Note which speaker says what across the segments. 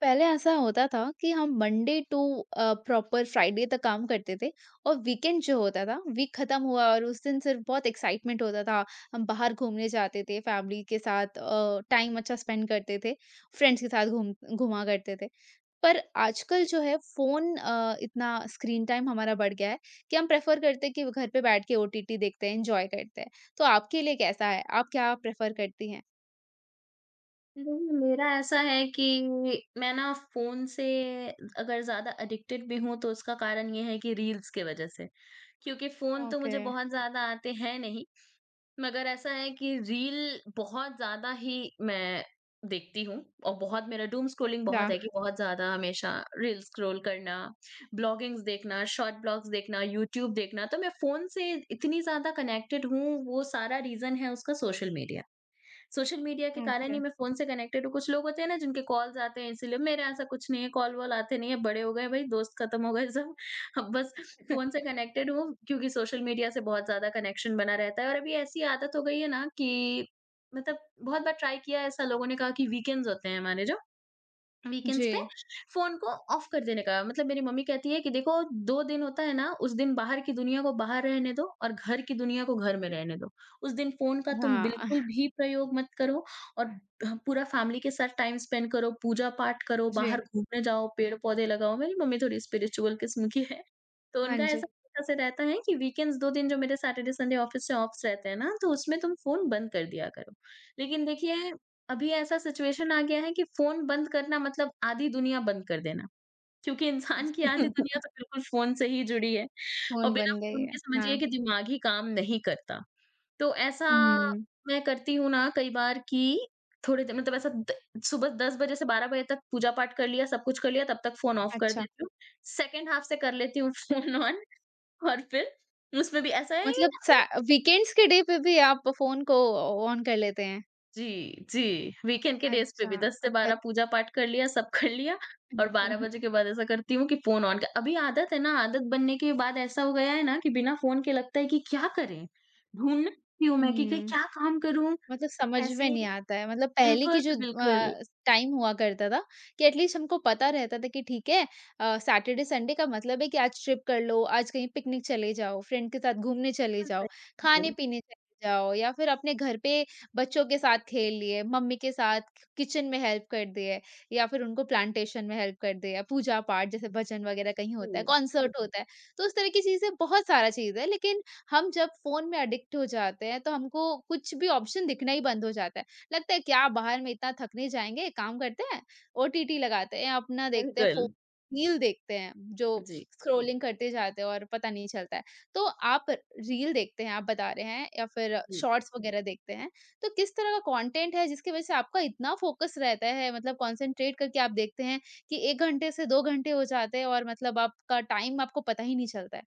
Speaker 1: पहले ऐसा होता था कि हम मंडे टू प्रॉपर फ्राइडे तक काम करते थे। और वीकेंड जो होता था, वीक खत्म हुआ, और उस दिन सिर्फ बहुत एक्साइटमेंट होता था। हम बाहर घूमने जाते थे फैमिली के साथ, टाइम अच्छा स्पेंड करते थे, फ्रेंड्स के साथ घूम घुमा करते थे। पर आजकल जो है फोन, इतना स्क्रीन टाइम हमारा बढ़ गया है कि हम प्रेफर करते हैं कि घर पे बैठ के ओटीटी देखते हैं, एंजॉय करते हैं। तो आपके लिए कैसा है, आप क्या प्रेफर करती हैं?
Speaker 2: नहीं, मेरा ऐसा है कि मैं ना फ़ोन से अगर ज़्यादा एडिक्टेड भी हूँ तो उसका कारण ये है कि रील्स की वज़ह से। क्योंकि फ़ोन तो
Speaker 1: ओके।
Speaker 2: मुझे बहुत ज़्यादा आते हैं नहीं, मगर ऐसा है कि रील बहुत ज़्यादा ही मैं देखती हूँ और बहुत मेरा डूम स्क्रॉलिंग
Speaker 1: अच्छा।
Speaker 2: बहुत है कि बहुत ज़्यादा हमेशा रील स्क्रॉल करना, ब्लॉगिंग्स देखना, शॉर्ट ब्लॉग्स देखना, यूट्यूब देखना, तो मैं फ़ोन से इतनी ज़्यादा कनेक्टेड हूँ, वो सारा रीज़न है उसका सोशल मीडिया। सोशल मीडिया के कारण ही
Speaker 1: ओके।
Speaker 2: मैं फ़ोन से कनेक्टेड हूँ। कुछ लोग होते हैं ना जिनके कॉल्स आते हैं इसीलिए, मेरा ऐसा कुछ नहीं है, कॉल-वॉल आते नहीं है, बड़े हो गए भाई, दोस्त खत्म हो गए सब। अब बस फ़ोन से कनेक्टेड हूँ क्योंकि सोशल मीडिया से बहुत ज़्यादा कनेक्शन बना रहता है और अभी ऐसी आदत हो गई है ना कि मतलब बहुत बार ट्राई किया है ऐसा लोगों ने कहा कि वीकेंड्स होते हैं हमारे जो
Speaker 1: जी।
Speaker 2: वीकेंड्स पे फ़ोन को ऑफ कर देने का मतलब मेरी मम्मी कहती है कि देखो 2 दिन होता है ना, उस दिन बाहर की दुनिया को बाहर रहने दो और घर की दुनिया को घर में रहने दो। उस दिन फ़ोन का तुम
Speaker 1: हाँ,
Speaker 2: बिल्कुल भी प्रयोग मत करो और ह पूरा फ़ैमिली के साथ टाइम स्पेंड करो, पूजा-पाठ करो,
Speaker 1: जी।
Speaker 2: बाहर घूमने जाओ, पेड़-पौधे लगाओ। मेरी मम्मी थोड़ी स्पिरिचुअल किस्म की है, तो
Speaker 1: हाँ
Speaker 2: उनका
Speaker 1: जी।
Speaker 2: ऐसा तरीका से रहता है कि वीकेंड्स 2 दिन जो मेरे सैटरडे, संडे ऑफ़िस से ऑफ्स रहते हैं ना, तो उसमें तुम फ़ोन बंद कर दिया करो। लेकिन देखिए अभी ऐसा सिचुएशन आ गया है कि फ़ोन बंद करना मतलब आधी दुनिया बंद कर देना, क्योंकि इंसान की आधी दुनिया तो बिल्कुल फ़ोन से ही जुड़ी है और
Speaker 1: फ़ोन
Speaker 2: बिना
Speaker 1: बन गई
Speaker 2: फ़ोन
Speaker 1: है।
Speaker 2: के समझिए
Speaker 1: हाँ।
Speaker 2: कि दिमाग ही काम नहीं करता। तो ऐसा
Speaker 1: हुँ,
Speaker 2: मैं करती हूँ ना कई बार कि थोड़ी देर मतलब ऐसा द सुबह 10 बजे से 12 बजे तक पूजा पाठ कर लिया, सब कुछ कर लिया, तब तक फ़ोन ऑफ कर
Speaker 1: अच्छा।
Speaker 2: देती हूँ। सेकंड हाल्फ से कर लेती हूँ फ़ोन ऑन और फिर उसमें भी ऐसा है।
Speaker 1: मतलब सा वीकेंड्स के डे पे भी आप फ़ोन को ऑन कर लेते हैं?
Speaker 2: जी, जी। वीकेंड के डेज़ पे भी
Speaker 1: अच्छा,
Speaker 2: 10
Speaker 1: तो
Speaker 2: से
Speaker 1: घर।
Speaker 2: 12 पूजा पाठ कर लिया, सब कर लिया और 12 बजे के बाद ऐसा करती हूँ कि फ़ोन ऑन क अभी आदत है ना, आदत बनने के बाद ऐसा हो गया है ना कि बिना फ़ोन के लगता है कि क्या करें? ढूँढती हूँ मैं कि क
Speaker 1: हुँ।
Speaker 2: क्या काम करूँ?
Speaker 1: मतलब समझ में
Speaker 2: कैसे?
Speaker 1: नहीं आता है। मतलब पहले की
Speaker 2: बिल्कुल,
Speaker 1: जो
Speaker 2: बिल्कुल।
Speaker 1: टाइम हुआ करता था, कि एटलीस्ट हमको पता रहता था कि ठीक है, सैटरडे संडे का मतलब है कि आज ट्रिप कर लो, आज कहीं पिकनिक चले जाओ, फ्रेंड के साथ घूमने चले जाओ,
Speaker 2: बिल्कुल,
Speaker 1: खाने
Speaker 2: बिल्कुल।
Speaker 1: पीने चले जाओ, या फिर अपने घर पे बच्चों के साथ खेल लिए, मम्मी के साथ किचन में हेल्प कर दिए, या फिर उनको प्लांटेशन में हेल्प कर दिया, पूजा पाठ जैसे भजन वगैरह कहीं होता है,
Speaker 2: जी,
Speaker 1: कॉन्सर्ट होता है। तो उस तरह की चीजें बहुत सारा चीज है, लेकिन हम जब फ़ोन में एडिक्ट हो जाते हैं, तो हमको कुछ भी ऑप्शन दिखना ही बंद हो जाता है। लगता है क्या बाहर में इतना थकने जाएँगे, एक काम करते हैं ओटीटी लगाते हैं, अपना देखते हैं
Speaker 2: बिल्कुल।
Speaker 1: फ़ोन, रील देखते हैं, जो
Speaker 2: जी,
Speaker 1: स्क्रॉलिंग करते जाते हैं और पता नहीं चलता है। तो आप रील देखते हैं, आप बता रहे हैं, या फिर
Speaker 2: जी।
Speaker 1: शॉर्ट्स वगैरह देखते हैं, तो किस तरह का कंटेंट है जिसकी वज़ह से आपका इतना फ़ोकस रहता है, मतलब कंसंट्रेट करके आप देखते हैं कि 1 घंटे से 2 घंटे हो जाते हैं और मतलब आपका टाइम आपको पता ही नहीं चलता है?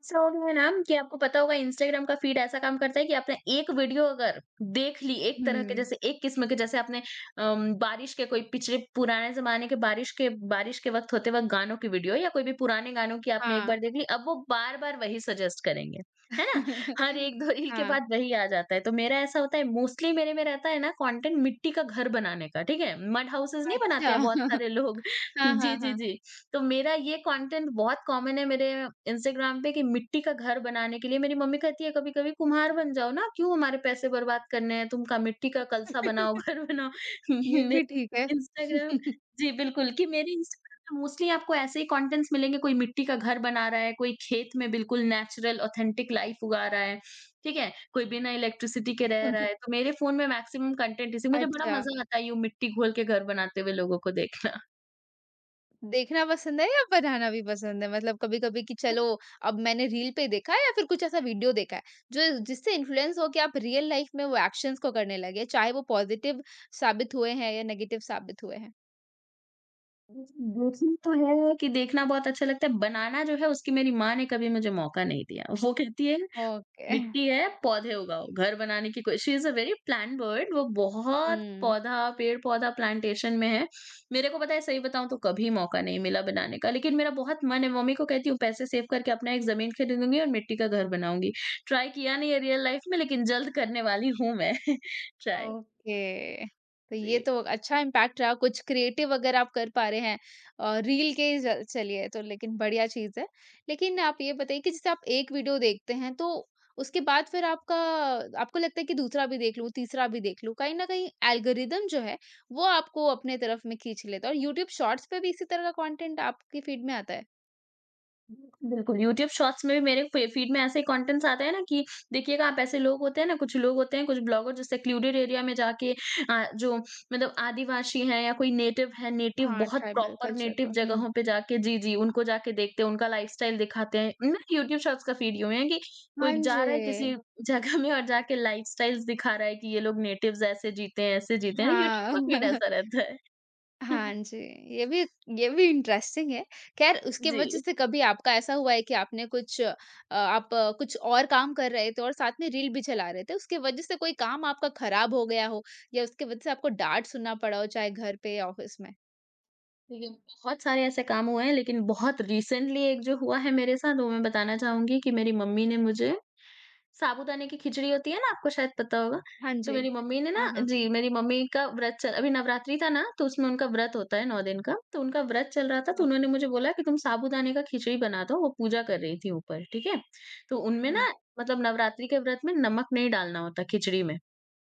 Speaker 2: ऐसा हो गया है ना कि आपको पता होगा इंस्टाग्राम का फीड ऐसा काम करता है कि आपने एक वीडियो अगर देख ली एक तरह के
Speaker 1: हुँ।
Speaker 2: जैसे एक किस्म के जैसे आपने बारिश के कोई पिछले पुराने जमाने के बारिश के वक्त होते वक्त गानों की वीडियो या कोई भी पुराने गानों की आपने एक
Speaker 1: हाँ।
Speaker 2: बार देख ली अब वो बार बार वही सजेस्ट करेंगे। है ना? हर एक दो रील के
Speaker 1: हाँ,
Speaker 2: बाद वही आ जाता है तो मेरा ऐसा होता है मोस्टली मेरे में रहता है ना कंटेंट मिट्टी का घर बनाने का। ठीक है? मड हाउसेस नहीं
Speaker 1: अच्छा।
Speaker 2: बनाते हैं बहुत सारे लोग।
Speaker 1: हाँ, हाँ,
Speaker 2: जी जी
Speaker 1: हाँ।
Speaker 2: जी। तो मेरा ये कंटेंट बहुत कॉमन है मेरे इंस्टाग्राम पे कि मिट्टी का घर बनाने के लिए मेरी मम्मी कहती है कभी-कभी कुम्हार बन जाओ ना, क्यों हमारे पैसे बर्बाद करने हैं, तुम का मिट्टी का कलसा बनाओ, घर बनाओ।
Speaker 1: ये
Speaker 2: मेरे
Speaker 1: भी ठीक है।
Speaker 2: इंस्टाग्राम। जी, बिल्कुल कि मेरे इंस्टाग्राम पे मोस्टली आपको ऐसे ही कंटेंट्स मिलेंगे, कोई मिट्टी का घर बना रहा है, कोई खेत में बिल्कुल नेचुरल ऑथेंटिक लाइफ उगा रहा है, ठीक है? कोई बिना इलेक्ट्रिसिटी के रह रहा है, तो मेरे फ़ोन में मैक्सिमम कंटेंट इसी। मुझे बड़ा
Speaker 1: अच्छा,
Speaker 2: मज़ा आता है यूँ मिट्टी घोल के घर बनाते हुए लोगों को देखना।
Speaker 1: देखना पसंद है या बनाना भी पसंद है? मतलब कभी-कभी कि चलो, अब मैंने रील पे देखा है या फिर कुछ ऐसा वीडियो देखा है, जो जिससे इन्फ्लुएंस हो के आप रियल लाइफ में वो एक्शंस को करने लगे, चाहे वो पॉजिटिव साबित हुए हैं या नेगेटिव साबित हुए हैं?
Speaker 2: देखना तो है कि देखना बहुत अच्छा लगता है, बनाना जो है उसकी मेरी माँ ने कभी मुझे मौका नहीं दिया। वो कहती है
Speaker 1: ओके।
Speaker 2: मिट्टी है, पौधे उगाओ, घर बनाने की कोई। She is a very plant bird, वो बहुत
Speaker 1: हुँ।
Speaker 2: पौधा, पेड़-पौधा प्लांटेशन में है। मेरे को पता है सही बताऊँ तो कभी मौका नहीं मिला बनाने का, लेकिन मेरा बहुत मन है मम्मी को कहती हूँ पैसे सेव करके अपना एक ज़मीन खरीदूँगी और मिट्टी का घर बनाऊँगी। ट्राई किया नहीं है रियल लाइफ़ में लेकिन जल्द करने वाली हूँ मैं ट्राई।
Speaker 1: ओके। तो
Speaker 2: जी।
Speaker 1: ये तो अच्छा इम्पैक्ट रहा, कुछ क्रिएटिव अगर आप कर पा रहे हैं रील के ज चलिए, तो लेकिन बढ़िया चीज़ है। लेकिन
Speaker 2: जी।
Speaker 1: आप ये बताइए कि जैसे आप एक वीडियो देखते हैं, तो उसके बाद फिर आपका, आपको लगता है कि दूसरा भी देख लूँ, तीसरा भी देख लूँ। कहीं न कहीं एल्गोरिदम जो है, वो आपको अपने तरफ में खींच लेता है, और यूट्यूब शॉर्ट्स पे भी इसी तरह का कंटेंट आपकी फीड में आता है?
Speaker 2: बिल्कुल, यूट्यूब शॉर्ट्स में भी मेरे फे फीड में ऐसे कंटेंट्स आते हैं ना कि देखिएगा आप। ऐसे लोग होते हैं ना, कुछ लोग होते हैं, कुछ ब्लॉगर जो सेक्लूडेड एरिया में जाके जो मतलब आदिवासी हैं या कोई नेटिव है, नेटिव
Speaker 1: हाँ,
Speaker 2: बहुत
Speaker 1: ट्राइबल
Speaker 2: प्रॉपर
Speaker 1: कल्चर
Speaker 2: नेटिव
Speaker 1: को। हुँ।
Speaker 2: जगहों पे जाके, जी, जी, उनको जाके देखते हैं, उनका लाइफ़स्टाइल दिखाते हैं। ना यूट्यूब शॉर्ट्स का फीड यूँ है कि
Speaker 1: हाँ
Speaker 2: कोई
Speaker 1: जी।
Speaker 2: जा रहा है किसी जगह में और जाके लाइफ़स्टाइल्स दिखा रहा है कि ये लोग नेटिव्स ऐसे जीते हैं, ऐसे जीते हैं। यूट्यूब
Speaker 1: हाँ।
Speaker 2: का फीड ऐसा रहता है।
Speaker 1: हाँ जी, ये भी ये भी इंटरेस्टिंग है। ख़ैर उसके
Speaker 2: जी।
Speaker 1: वजह से कभी आपका ऐसा हुआ है कि आपने कुछ आप कुछ और काम कर रहे थे और साथ में रील भी चला रहे थे, उसके वजह से कोई काम आपका ख़राब हो गया हो, या उसके वजह से आपको डाँट सुनना पड़ा हो, चाहे घर पे या ऑफ़िस में?
Speaker 2: देखिए, बहुत सारे ऐसे काम हुए हैं लेकिन बहुत रिसेंटली एक जो हुआ है मेरे साथ वो मैं बताना चाहूँगी कि मेरी मम्मी ने मुझे साबूदाने की खिचड़ी होती है ना, आपको शायद पता होगा।
Speaker 1: हाँ
Speaker 2: तो
Speaker 1: जी।
Speaker 2: मेरी मम्मी ने ना
Speaker 1: हाँ, हाँ।
Speaker 2: जी, मेरी मम्मी का व्रत चल अभी नवरात्रि था ना तो उसमें उनका व्रत होता है 9 दिन का, तो उनका व्रत चल रहा था तो
Speaker 1: ओके।
Speaker 2: उन्होंने मुझे बोला कि तुम साबूदाने का खिचड़ी बना दो, वो पूजा कर रही थी ऊपर, ठीक है? तो उनमें
Speaker 1: हुँ,
Speaker 2: ना मतलब नवरात्रि के व्रत में नमक नहीं डालना होता खिचड़ी में।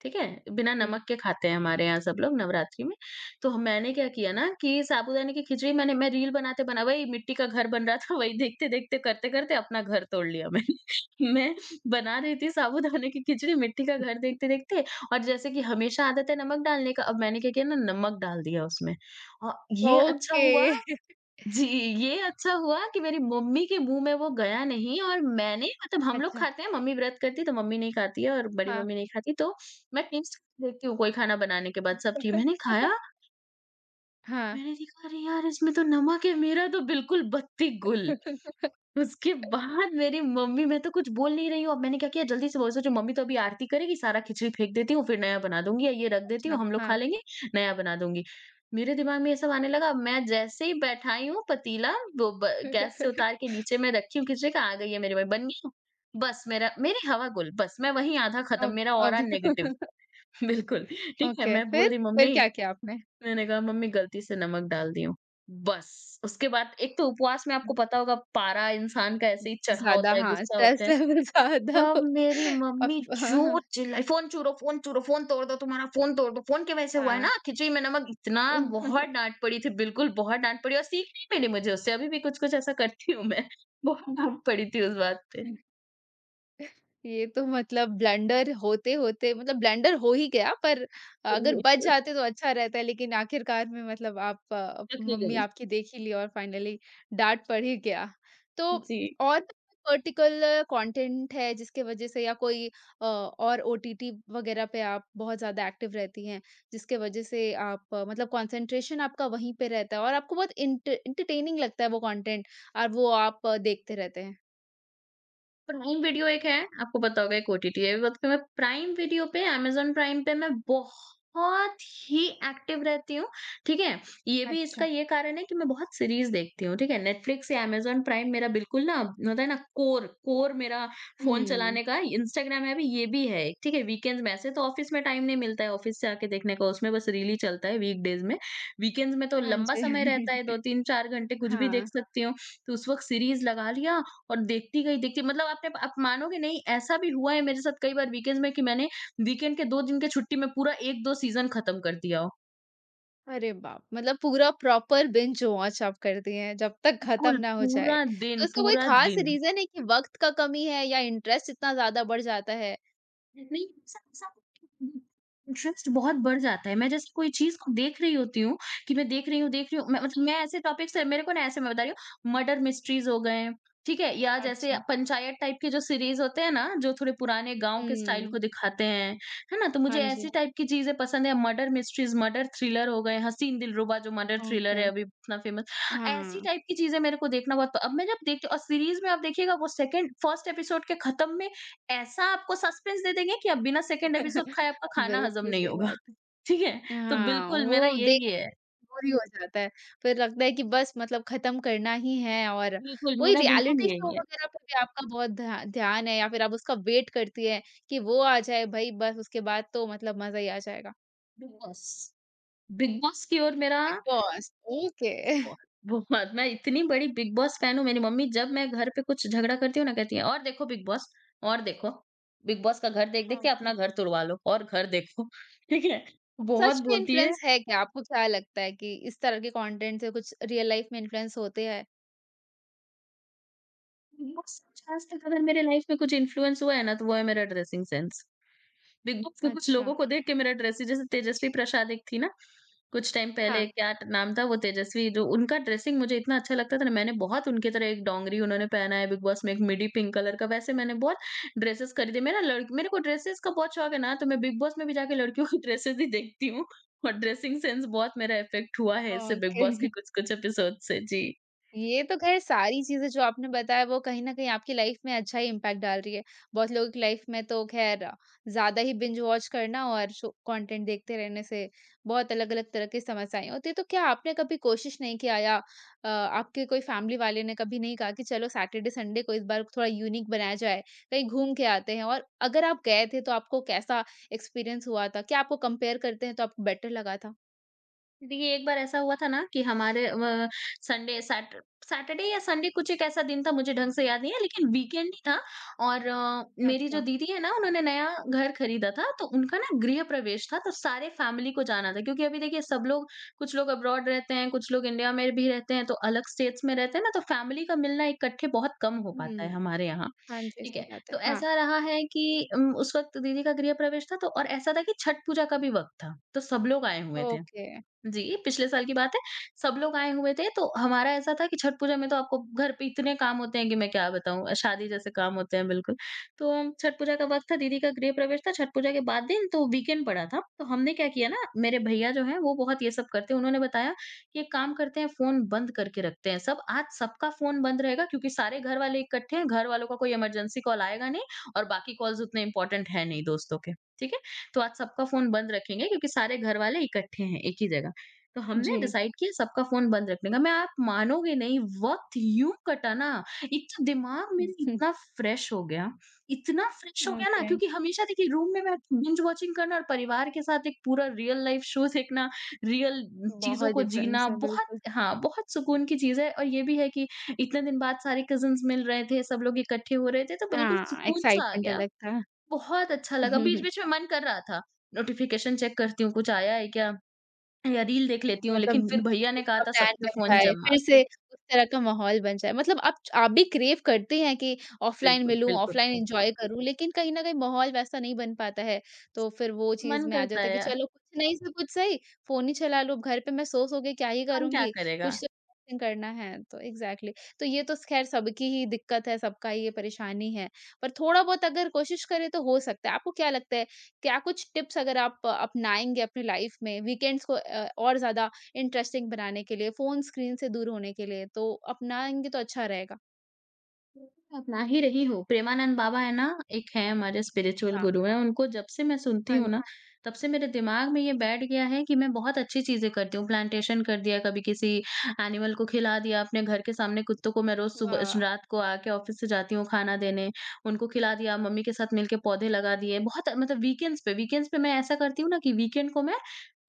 Speaker 2: ठीक है? बिना
Speaker 1: हुँ।
Speaker 2: नमक के खाते हैं हमारे यहाँ सब लोग नवरात्रि में। तो ह मैंने क्या किया ना कि साबूदाने की खिचड़ी मैंने मैं रील बनाते बना वही मिट्टी का घर बन रहा था वही देखते-देखते, करते-करते अपना घर तोड़ लिया मैंने। मैं बना रही थी साबूदाने की खिचड़ी, मिट्टी का घर देखते-देखते और जैसे कि हमेशा आदत है नमक डालने का, अब मैंने क्या किया ना नमक डाल दिया उसमें। ये अच्छा
Speaker 1: ओके।
Speaker 2: हुआ। जी, ये अच्छा हुआ कि मेरी मम्मी के मुँह में वो गया नहीं और मैंने मतलब हम लोग
Speaker 1: अच्छा,
Speaker 2: खाते हैं, मम्मी व्रत करती है तो मम्मी नहीं खाती है और बड़ी
Speaker 1: हाँ।
Speaker 2: मम्मी नहीं खाती, तो मैं टेस्ट देखती हूँ कोई खाना बनाने के बाद सब चीज़ मैंने खाया,
Speaker 1: हाँ।
Speaker 2: मैंने देखा अरे यार! इसमें तो नमक है, मेरा तो बिल्कुल बत्ती गुल। उसके बाद मेरी मम्मी, मैं तो कुछ बोल नहीं रही हूँ, अब मैंने क्या किया जल्दी से बोला सोचो मम्मी तो अभी आरती करेगी, सारा खिचड़ी फेंक देती हूँ, फिर नया बना दूँगी या ये रख देती हूँ,
Speaker 1: अच्छा,
Speaker 2: हम लोग खा
Speaker 1: हाँ।
Speaker 2: लेंगे, नया बना दूँगी। मेरे दिमाग में ये सब आने लगा, मैं जैसे ही बैठाई हूँ पतीला, वो ब गैस से उतार के नीचे मैं रखी हूँ खिचड़ी का, आ गई है मेरी मम्मी, बन गया? बस मेरा मेरी हवा गुल, बस मैं वहीं आधा खत्म,
Speaker 1: अब
Speaker 2: मेरा ऑरा
Speaker 1: अब
Speaker 2: नेगेटिव। बिल्कुल, ठीक है?
Speaker 1: ओके,
Speaker 2: मैं
Speaker 1: फिर?
Speaker 2: बोल दी
Speaker 1: फिर
Speaker 2: मम्मी,
Speaker 1: क्या किया आपने?
Speaker 2: मैंने कहा मम्मी गलती से नमक डाल दी हूँ। बस, उसके बाद एक तो उपवास में आपको पता होगा पारा इंसान का ऐसे ही चढ़ा
Speaker 1: ज़्यादा
Speaker 2: होता है,
Speaker 1: हाँ,
Speaker 2: गुस्सा
Speaker 1: स्ट्रेस
Speaker 2: होता है।
Speaker 1: लेवल ज़्यादा
Speaker 2: तब
Speaker 1: हो।
Speaker 2: मेरी
Speaker 1: अफ
Speaker 2: मम्मी
Speaker 1: हाँ, हाँ।
Speaker 2: जो चिल्लाई, "फ़ोन छू लो, फ़ोन छू लो, फ़ोन तोड़ दो तुम्हारा, फ़ोन तोड़ दो, फ़ोन की वजह से हुआ है ना, खिचड़ी में नमक" इतना
Speaker 1: हाँ।
Speaker 2: बहुत डाँट पड़ी थी, बिल्कुल बहुत डाँट पड़ी और सीख नहीं मिली मुझे उससे, अभी भी कुछ-कुछ ऐसा करती हूँ मैं। बहुत डाँट पड़ी थी उस बात पे।
Speaker 1: ये तो मतलब ब्लंडर होते-होते मतलब ब्लंडर हो ही गया, पर
Speaker 2: फिर
Speaker 1: अगर
Speaker 2: भी
Speaker 1: बच जाते तो अच्छा रहता है, लेकिन आखिरकार में मतलब आप
Speaker 2: पकड़ी
Speaker 1: मम्मी
Speaker 2: गई।
Speaker 1: आपकी देख ही ली और फाइनली डाँट पड़ ही गया। तो
Speaker 2: जी।
Speaker 1: और पर्टिकुलर कंटेंट है जिसकी वजह से, या कोई और ओटीटी वगैरह पे आप बहुत ज़्यादा एक्टिव रहती हैं, जिसके वजह से आप मतलब कंसंट्रेशन आपका वहीं पे रहता है, और आपको बहुत एंटरटेनिंग लगता है वो कंटेंट, और वो आप देखते रहते हैं?
Speaker 2: प्राइम वीडियो एक है, आपको पता होगा एक ओटीटी है। वक्त पे मैं प्राइम वीडियो पे, अमेज़न प्राइम पे मैं बहुत ही एक्टिव रहती हूँ, ठीक है? ये भी
Speaker 1: अच्छा।
Speaker 2: इसका ये कारण है कि मैं बहुत सीरीज़ देखती हूँ, ठीक है? नेटफ्लिक्स या अमेज़न प्राइम मेरा बिल्कुल ना होता है ना कोर कोर मेरा फ़ोन
Speaker 1: हुँ।
Speaker 2: चलाने का। इंस्टाग्राम है भी, ये भी है एक, ठीक है? वीकेंड्स में ऐसे तो ऑफ़िस में टाइम नहीं मिलता है, ऑफ़िस से आके देखने का उसमें बस रील ही चलता है वीकडेज़ में। वीकेंड्स में तो
Speaker 1: हाँ
Speaker 2: लंबा समय
Speaker 1: जी।
Speaker 2: रहता है, 2, 3, 4 घंटे कुछ भी देख
Speaker 1: हाँ,
Speaker 2: सकती हूँ। तो उस वक़्त सीरीज़ लगा लिया और देखती गई, देखती मतलब आपने आप मानोगे नहीं ऐसा भी हुआ है मेरे साथ कई बार वीकेंड्स में कि मैंने वीकेंड के 2 दिन की छुट्टी में पूरा 1-2 सीज़न खत्म कर दिया हो।
Speaker 1: अरे बाप! मतलब पूरा प्रॉपर बिंज वॉच आप करती हैं, जब तक खत्म
Speaker 2: बिल्कुल,
Speaker 1: ना हो जाए।
Speaker 2: पूरा
Speaker 1: तो
Speaker 2: दिन,
Speaker 1: इसका कोई
Speaker 2: पूरा
Speaker 1: खास
Speaker 2: दिन।
Speaker 1: रीज़न है कि वक़्त का कमी है या इंटरेस्ट इतना ज़्यादा बढ़ जाता है?
Speaker 2: नहीं, ऐसा-ऐसा इंटरेस्ट बहुत बढ़ जाता है। मैं जैसे कोई चीज़ को देख रही होती हूँ कि मैं देख रही हूँ, मैं मतलब मैं ऐसे टॉपिक्स है मेरे को ना ऐसे मैं बता रही हूँ मर्डर मिस्ट्रीज़ हो गए, ठीक है? या जैसे
Speaker 1: अच्छा।
Speaker 2: पंचायत टाइप के जो सीरीज़ होते हैं ना, जो थोड़े पुराने गाँव के स्टाइल
Speaker 1: हुँ।
Speaker 2: को दिखाते हैं, है ना? तो
Speaker 1: हाँ
Speaker 2: मुझे
Speaker 1: जी।
Speaker 2: ऐसी टाइप की चीज़ें पसंद है। मर्डर मिस्ट्रीज़, मर्डर थ्रिलर हो गए, हसीन दिलरुबा जो मर्डर थ्रिलर
Speaker 1: ओके।
Speaker 2: है अभी इतना फेमस। ऐसी
Speaker 1: हाँ।
Speaker 2: टाइप की चीज़ें मेरे को देखना बहुत। प अब मैं जब देखती हूँ और सीरीज़ में आप देखिएगा वो सेकंड फर्स्ट एपिसोड के खत्म में ऐसा आपको सस्पेंस दे देंगे कि अब बिना सेकंड एपिसोड खाए आपका खाना हज़म
Speaker 1: बिल्कुल
Speaker 2: नहीं
Speaker 1: सही
Speaker 2: होगा।
Speaker 1: बात
Speaker 2: ठीक है?
Speaker 1: है।
Speaker 2: तो
Speaker 1: हाँ,
Speaker 2: बिल्कुल मेरा
Speaker 1: वो दे
Speaker 2: यही है।
Speaker 1: बोर ही हो जाता है। फिर लगता है कि बस मतलब खत्म करना ही है, और
Speaker 2: बिल्कुल,
Speaker 1: वही
Speaker 2: मेरा
Speaker 1: रियलिटी
Speaker 2: बिल्कुल
Speaker 1: शो
Speaker 2: यही है।
Speaker 1: वगैरह पे भी आपका बहुत ध्यान है, या फिर आप उसका वेट करती हैं कि वो आ जाए भई, बस उसके बाद तो मतलब मज़ा ही आ जाएगा।
Speaker 2: Big boss. बिग बॉस की ओर मेरा
Speaker 1: बिग बॉस, ओके।
Speaker 2: बहुत, बहुत। मैं इतनी बड़ी बिग बॉस फैन हूँ। मेरी मम्मी जब मैं घर पे कुछ झगड़ा करती हूँ ना, कहती है, "और देखो बिग बॉस, और देखो, बिग बॉस का घर देख-देख के
Speaker 1: ओके।
Speaker 2: अपना घर तुड़वा लो और घर देखो।" ठीक है? बहुत
Speaker 1: सच में
Speaker 2: बोलती है।
Speaker 1: इन्फ्लुएंस है क्या? आपको क्या लगता है कि इस तरह के कंटेंट से कुछ रियल लाइफ में इन्फ्लुएंस होते हैं?
Speaker 2: बिग बॉस से मुझे आज तक अगर मेरे लाइफ में कुछ इन्फ्लुएंस हुआ है ना, तो वो है मेरा ड्रेसिंग सेंस। बिग बॉस के कुछ
Speaker 1: अच्छा।
Speaker 2: लोगों को देख के मेरा ड्रेसिंग जैसे तेजस्वी प्रसाद एक थी ना, कुछ टाइम पहले
Speaker 1: हाँ,
Speaker 2: क्या नाम था वो तेजस्वी, जो उनका ड्रेसिंग मुझे इतना अच्छा लगता था ना, मैंने बहुत उनकी तरह एक डोंगरी उन्होंने पहना है बिग बॉस में, एक मिडी पिंक कलर का, वैसे मैंने बहुत ड्रेसेस खरीदे। मेरा लड़ मेरे को ड्रेसेस का बहुत शौक है ना, तो मैं बिग बॉस में भी जाके लड़कियों की ड्रेसेस ही देखती हूँ, और ड्रेसिंग सेंस बहुत मेरा इफ़ेक्ट हुआ है इससे बिग
Speaker 1: ओके।
Speaker 2: बॉस के कुछ-कुछ एपिसोड से। जी।
Speaker 1: ये तो खैर सारी चीज़ें जो आपने बताया, वो कहीं न कहीं आपकी लाइफ़ में अच्छा ही इम्पैक्ट डाल रही है। बहुत लोगों की लाइफ़ में तो ख़ैर ज़्यादा ही बिंज वॉच करना और शो कंटेंट देखते रहने से बहुत अलग-अलग तरह की समस्याएँ होती हैं। तो क्या आपने कभी कोशिश नहीं किया, या आपके कोई फ़ैमिली वाले ने कभी नहीं कहा कि चलो सैटरडे संडे को इस बार थोड़ा यूनिक बनाया जाए, कहीं घूम के आते हैं? और अगर आप गए थे तो आपको कैसा एक्सपीरियंस हुआ था? क्या आपको कंपेयर करते हैं तो आपको बेटर लगा था?
Speaker 2: देखिए, एक बार ऐसा हुआ था ना कि हमारे संडे सैट सैटरडे या संडे कुछ एक ऐसा दिन था, मुझे ढंग से याद नहीं है, लेकिन वीकेंड ही था। और मेरी जो
Speaker 1: अच्छा।
Speaker 2: दीदी है ना, उन्होंने नया घर खरीदा था, तो उनका ना गृह प्रवेश था, तो सारे फैमिली को जाना था, क्योंकि अभी देखिए सब लोग, कुछ लोग अब्रॉड रहते हैं, कुछ लोग इंडिया में भी रहते हैं, तो अलग स्टेट्स में रहते हैं ना, तो फैमिली का मिलना इकट्ठे बहुत कम हो पाता है
Speaker 1: हुँ।
Speaker 2: हमारे यहाँ।
Speaker 1: हाँ जी,
Speaker 2: ठीक
Speaker 1: सही
Speaker 2: है,
Speaker 1: बात है।
Speaker 2: तो
Speaker 1: हाँ,
Speaker 2: ऐसा रहा है कि उस वक्त दीदी का गृह प्रवेश था, तो और ऐसा था कि छठ पूजा का भी वक्त था, तो सब लोग आए हुए थे।
Speaker 1: ओके।
Speaker 2: जी, पिछले साल की बात है, सब लोग आए हुए थे, तो हमारा ऐसा था कि छठ पूजा में तो आपको घर पे इतने काम होते हैं कि मैं क्या बताऊँ, शादी जैसे काम होते हैं बिल्कुल। तो छठ पूजा का वक़्त था, दीदी का गृह प्रवेश था, छठ पूजा के बाद दिन तो वीकेंड पड़ा था। तो हमने क्या किया ना, मेरे भैया जो हैं वो बहुत ये सब करते हैं, उन्होंने बताया कि एक काम करते हैं, फ़ोन बंद करके रखते हैं सब, आज सबका फ़ोन बंद रहेगा, क्योंकि सारे घर वाले इकट्ठे हैं, घर वालों का कोई इमरजेंसी कॉल आएगा नहीं, और बाकी कॉल्स उतने इम्पोर्टेंट हैं नहीं दोस्तों के, ठीक है? तो आज सबका फ़ोन बंद रखेंगे, क्योंकि सारे घर वाले इकट्ठे हैं एक ही जगह। तो हमने
Speaker 1: जी।
Speaker 2: डिसाइड किया सबका फ़ोन बंद रखने का। मैं, आप मानोगे नहीं वक़्त यूँ कटा ना, एक तो दिमाग मेरा इतना फ्रेश हो गया, इतना फ्रेश हो गया ना,
Speaker 1: ओके,
Speaker 2: क्योंकि हमेशा देखिए रूम में मैं बिंज वॉचिंग करना, और परिवार के साथ एक पूरा रियल लाइफ़ शो देखना, रियल चीज़ों
Speaker 1: बहुत
Speaker 2: को
Speaker 1: डिफरेंस
Speaker 2: जीना
Speaker 1: है,
Speaker 2: बहुत,
Speaker 1: बिल्कुल।
Speaker 2: हाँ, बहुत सुकून की चीज़ है। और ये भी है कि इतने दिन बाद सारे कज़िन्स मिल रहे थे, सब लोग इकट्ठे हो रहे थे, तो बिल्कुल
Speaker 1: हाँ,
Speaker 2: सुकून-सा आ
Speaker 1: एक्साइटमेंट
Speaker 2: गया।
Speaker 1: अलग था।
Speaker 2: बहुत अच्छा लगा, बीच-बीच में मन कर रहा था, नोटिफ़िकेशन चेक करती हूँ कुछ आया है क्या? या रील देख लेती हूँ,
Speaker 1: मतलब
Speaker 2: लेकिन फिर भैया ने
Speaker 1: मिलने
Speaker 2: कहा
Speaker 1: का
Speaker 2: था
Speaker 1: प्लान
Speaker 2: सबके
Speaker 1: बन
Speaker 2: फ़ोन
Speaker 1: जाए,
Speaker 2: जमा।
Speaker 1: फिर से उस तरह का माहौल बन जाए। मतलब आप च आप भी क्रेव करते हैं कि ऑफ़लाइन
Speaker 2: बिल्कुल,
Speaker 1: मिलूँ,
Speaker 2: बिल्कुल।
Speaker 1: ऑफ़लाइन एन्जॉय करूँ, लेकिन कहीं न कहीं माहौल वैसा नहीं बन पाता है। तो फिर वो चीज़
Speaker 2: मन
Speaker 1: में आ
Speaker 2: करता
Speaker 1: जाता है कि
Speaker 2: है,
Speaker 1: चलो कुछ नहीं से कुछ सही, फ़ोन ही चला लो, घर पे मैं सो-सो के क्या ही
Speaker 2: इंसान क्या
Speaker 1: करूँगी,
Speaker 2: करेगा?
Speaker 1: कुछ तो एक्टिंग करना है। तो एग्ज़ैक्टली, तो ये तो ख़ैर सबकी ही दिक्कत है, सबका ही ये परेशानी है। पर थोड़ा बहुत अगर कोशिश करें तो हो सकता है। आपको क्या लगता है, क्या कुछ टिप्स अगर आप अपनाएँगे अपनी लाइफ़ में, वीकेंड्स को और ज़्यादा इंटरेस्टिंग बनाने के लिए, फ़ोन स्क्रीन से दूर होने के लिए, तो अपनाएँगे तो अच्छा रहेगा।
Speaker 2: अपना ही रही हूँ। प्रेमानंद बाबा है ना, एक है हमारे स्पिरिचुअल
Speaker 1: अच्छा।
Speaker 2: गुरु हैं, उनको जब से मैं सुनती
Speaker 1: हाँ जी।
Speaker 2: हूँ ना, तब से मेरे दिमाग में ये बैठ गया है कि मैं बहुत अच्छी चीज़ें करती हूँ। प्लांटेशन कर दिया, कभी किसी एनिमल को खिला दिया, अपने घर के सामने कुत्तों को मैं रोज़ सुबह, श
Speaker 1: वाह!
Speaker 2: रात को आके ऑफ़िस से जाती हूँ खाना देने, उनको खिला दिया, मम्मी के साथ मिलके पौधे लगा दिए। बहुत मतलब वीकेंड्स पे, वीकेंड्स पे मैं ऐसा करती हूँ ना कि वीकेंड को मैं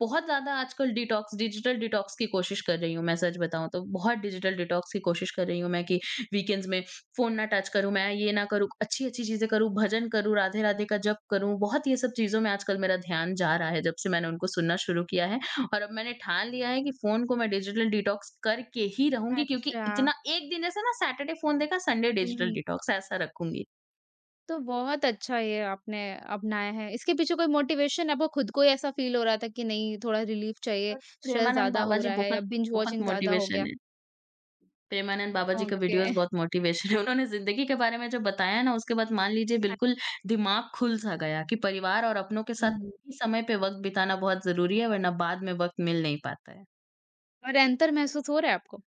Speaker 2: बहुत ज़्यादा आजकल डिटॉक्स डिजिटल डिटॉक्स की कोशिश कर रही हूँ, मैं सच बताऊँ तो। बहुत डिजिटल डिटॉक्स की कोशिश कर रही हूँ मैं कि वीकेंड्स में फ़ोन ना टच करूँ मैं, ये ना करूँ, अच्छी-अच्छी चीज़ें करूँ, भजन करूँ, राधे-राधे का जप करूँ, बहुत ये सब चीज़ों में आजकल मेरा ध्यान जा रहा है, जब से मैंने उनको सुनना शुरू किया है। और अब मैंने ठान लिया है कि फ़ोन को मैं डिजिटल डिटॉक्स करके ही रहूँगी, क्योंकि
Speaker 1: अच्छा।
Speaker 2: इतना, एक दिन जैसे ना सैटरडे फ़ोन देखा, संडे
Speaker 1: हुँ,
Speaker 2: डिजिटल
Speaker 1: हुँ।
Speaker 2: डिटॉक्स ऐसा रखूँगी।
Speaker 1: तो बहुत अच्छा ये आपने अपनाया है। इसके पीछे कोई मोटिवेशन, आपको खुद को ही ऐसा फ़ील हो रहा था कि नहीं थोड़ा रिलीफ़ चाहिए,
Speaker 2: और
Speaker 1: स्ट्रेस
Speaker 2: प्रेमानंद
Speaker 1: ज़्यादा
Speaker 2: बाबा
Speaker 1: हो
Speaker 2: जी
Speaker 1: रहा है,
Speaker 2: बहुत,
Speaker 1: या बिंज
Speaker 2: बहुत
Speaker 1: वॉचिंग ज़्यादा हो
Speaker 2: मोटिवेशन
Speaker 1: गया?
Speaker 2: है। प्रेमानंद बाबा जी का
Speaker 1: ओके।
Speaker 2: वीडियोज़ बहुत मोटिवेशन है। उन्होंने ज़िंदगी के बारे में जो बताया ना, उसके बाद मान लीजिए
Speaker 1: हाँ।
Speaker 2: बिल्कुल दिमाग खुल-सा गया कि परिवार और अपनों के साथ
Speaker 1: हुँ।
Speaker 2: ही समय पे वक़्त बिताना बहुत ज़रूरी है, वरना बाद में वक़्त मिल नहीं पाता है।
Speaker 1: और अंतर महसूस हो रहा है आपको?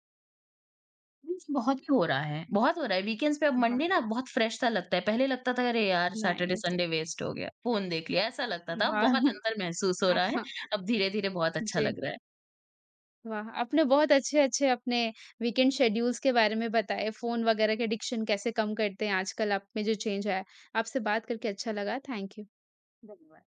Speaker 2: मीन्स बहुत ही हो रहा है, बहुत हो रहा है। वीकेंड्स पे अब
Speaker 1: वाह!
Speaker 2: मंडे ना बहुत फ्रेश-सा लगता है। पहले लगता था, "अरे यार! Saturday,
Speaker 1: nice.
Speaker 2: संडे वेस्ट हो गया, फ़ोन देख लिया।" ऐसा लगता था। अब
Speaker 1: वाह!
Speaker 2: बहुत अंतर महसूस हो रहा है।
Speaker 1: हाँ।
Speaker 2: अब धीरे-धीरे बहुत अच्छा
Speaker 1: जी।
Speaker 2: लग रहा है।
Speaker 1: वाह! आपने बहुत अच्छे-अच्छे अपने वीकेंड शेड्यूल्स के बारे में बताए, फ़ोन वगैरह के एडिक्शन कैसे कम करते हैं, आजकल आप में जो चेंज आया है। आपसे बात करके अच्छा लगा, थैंक यू।
Speaker 2: धन्यवाद।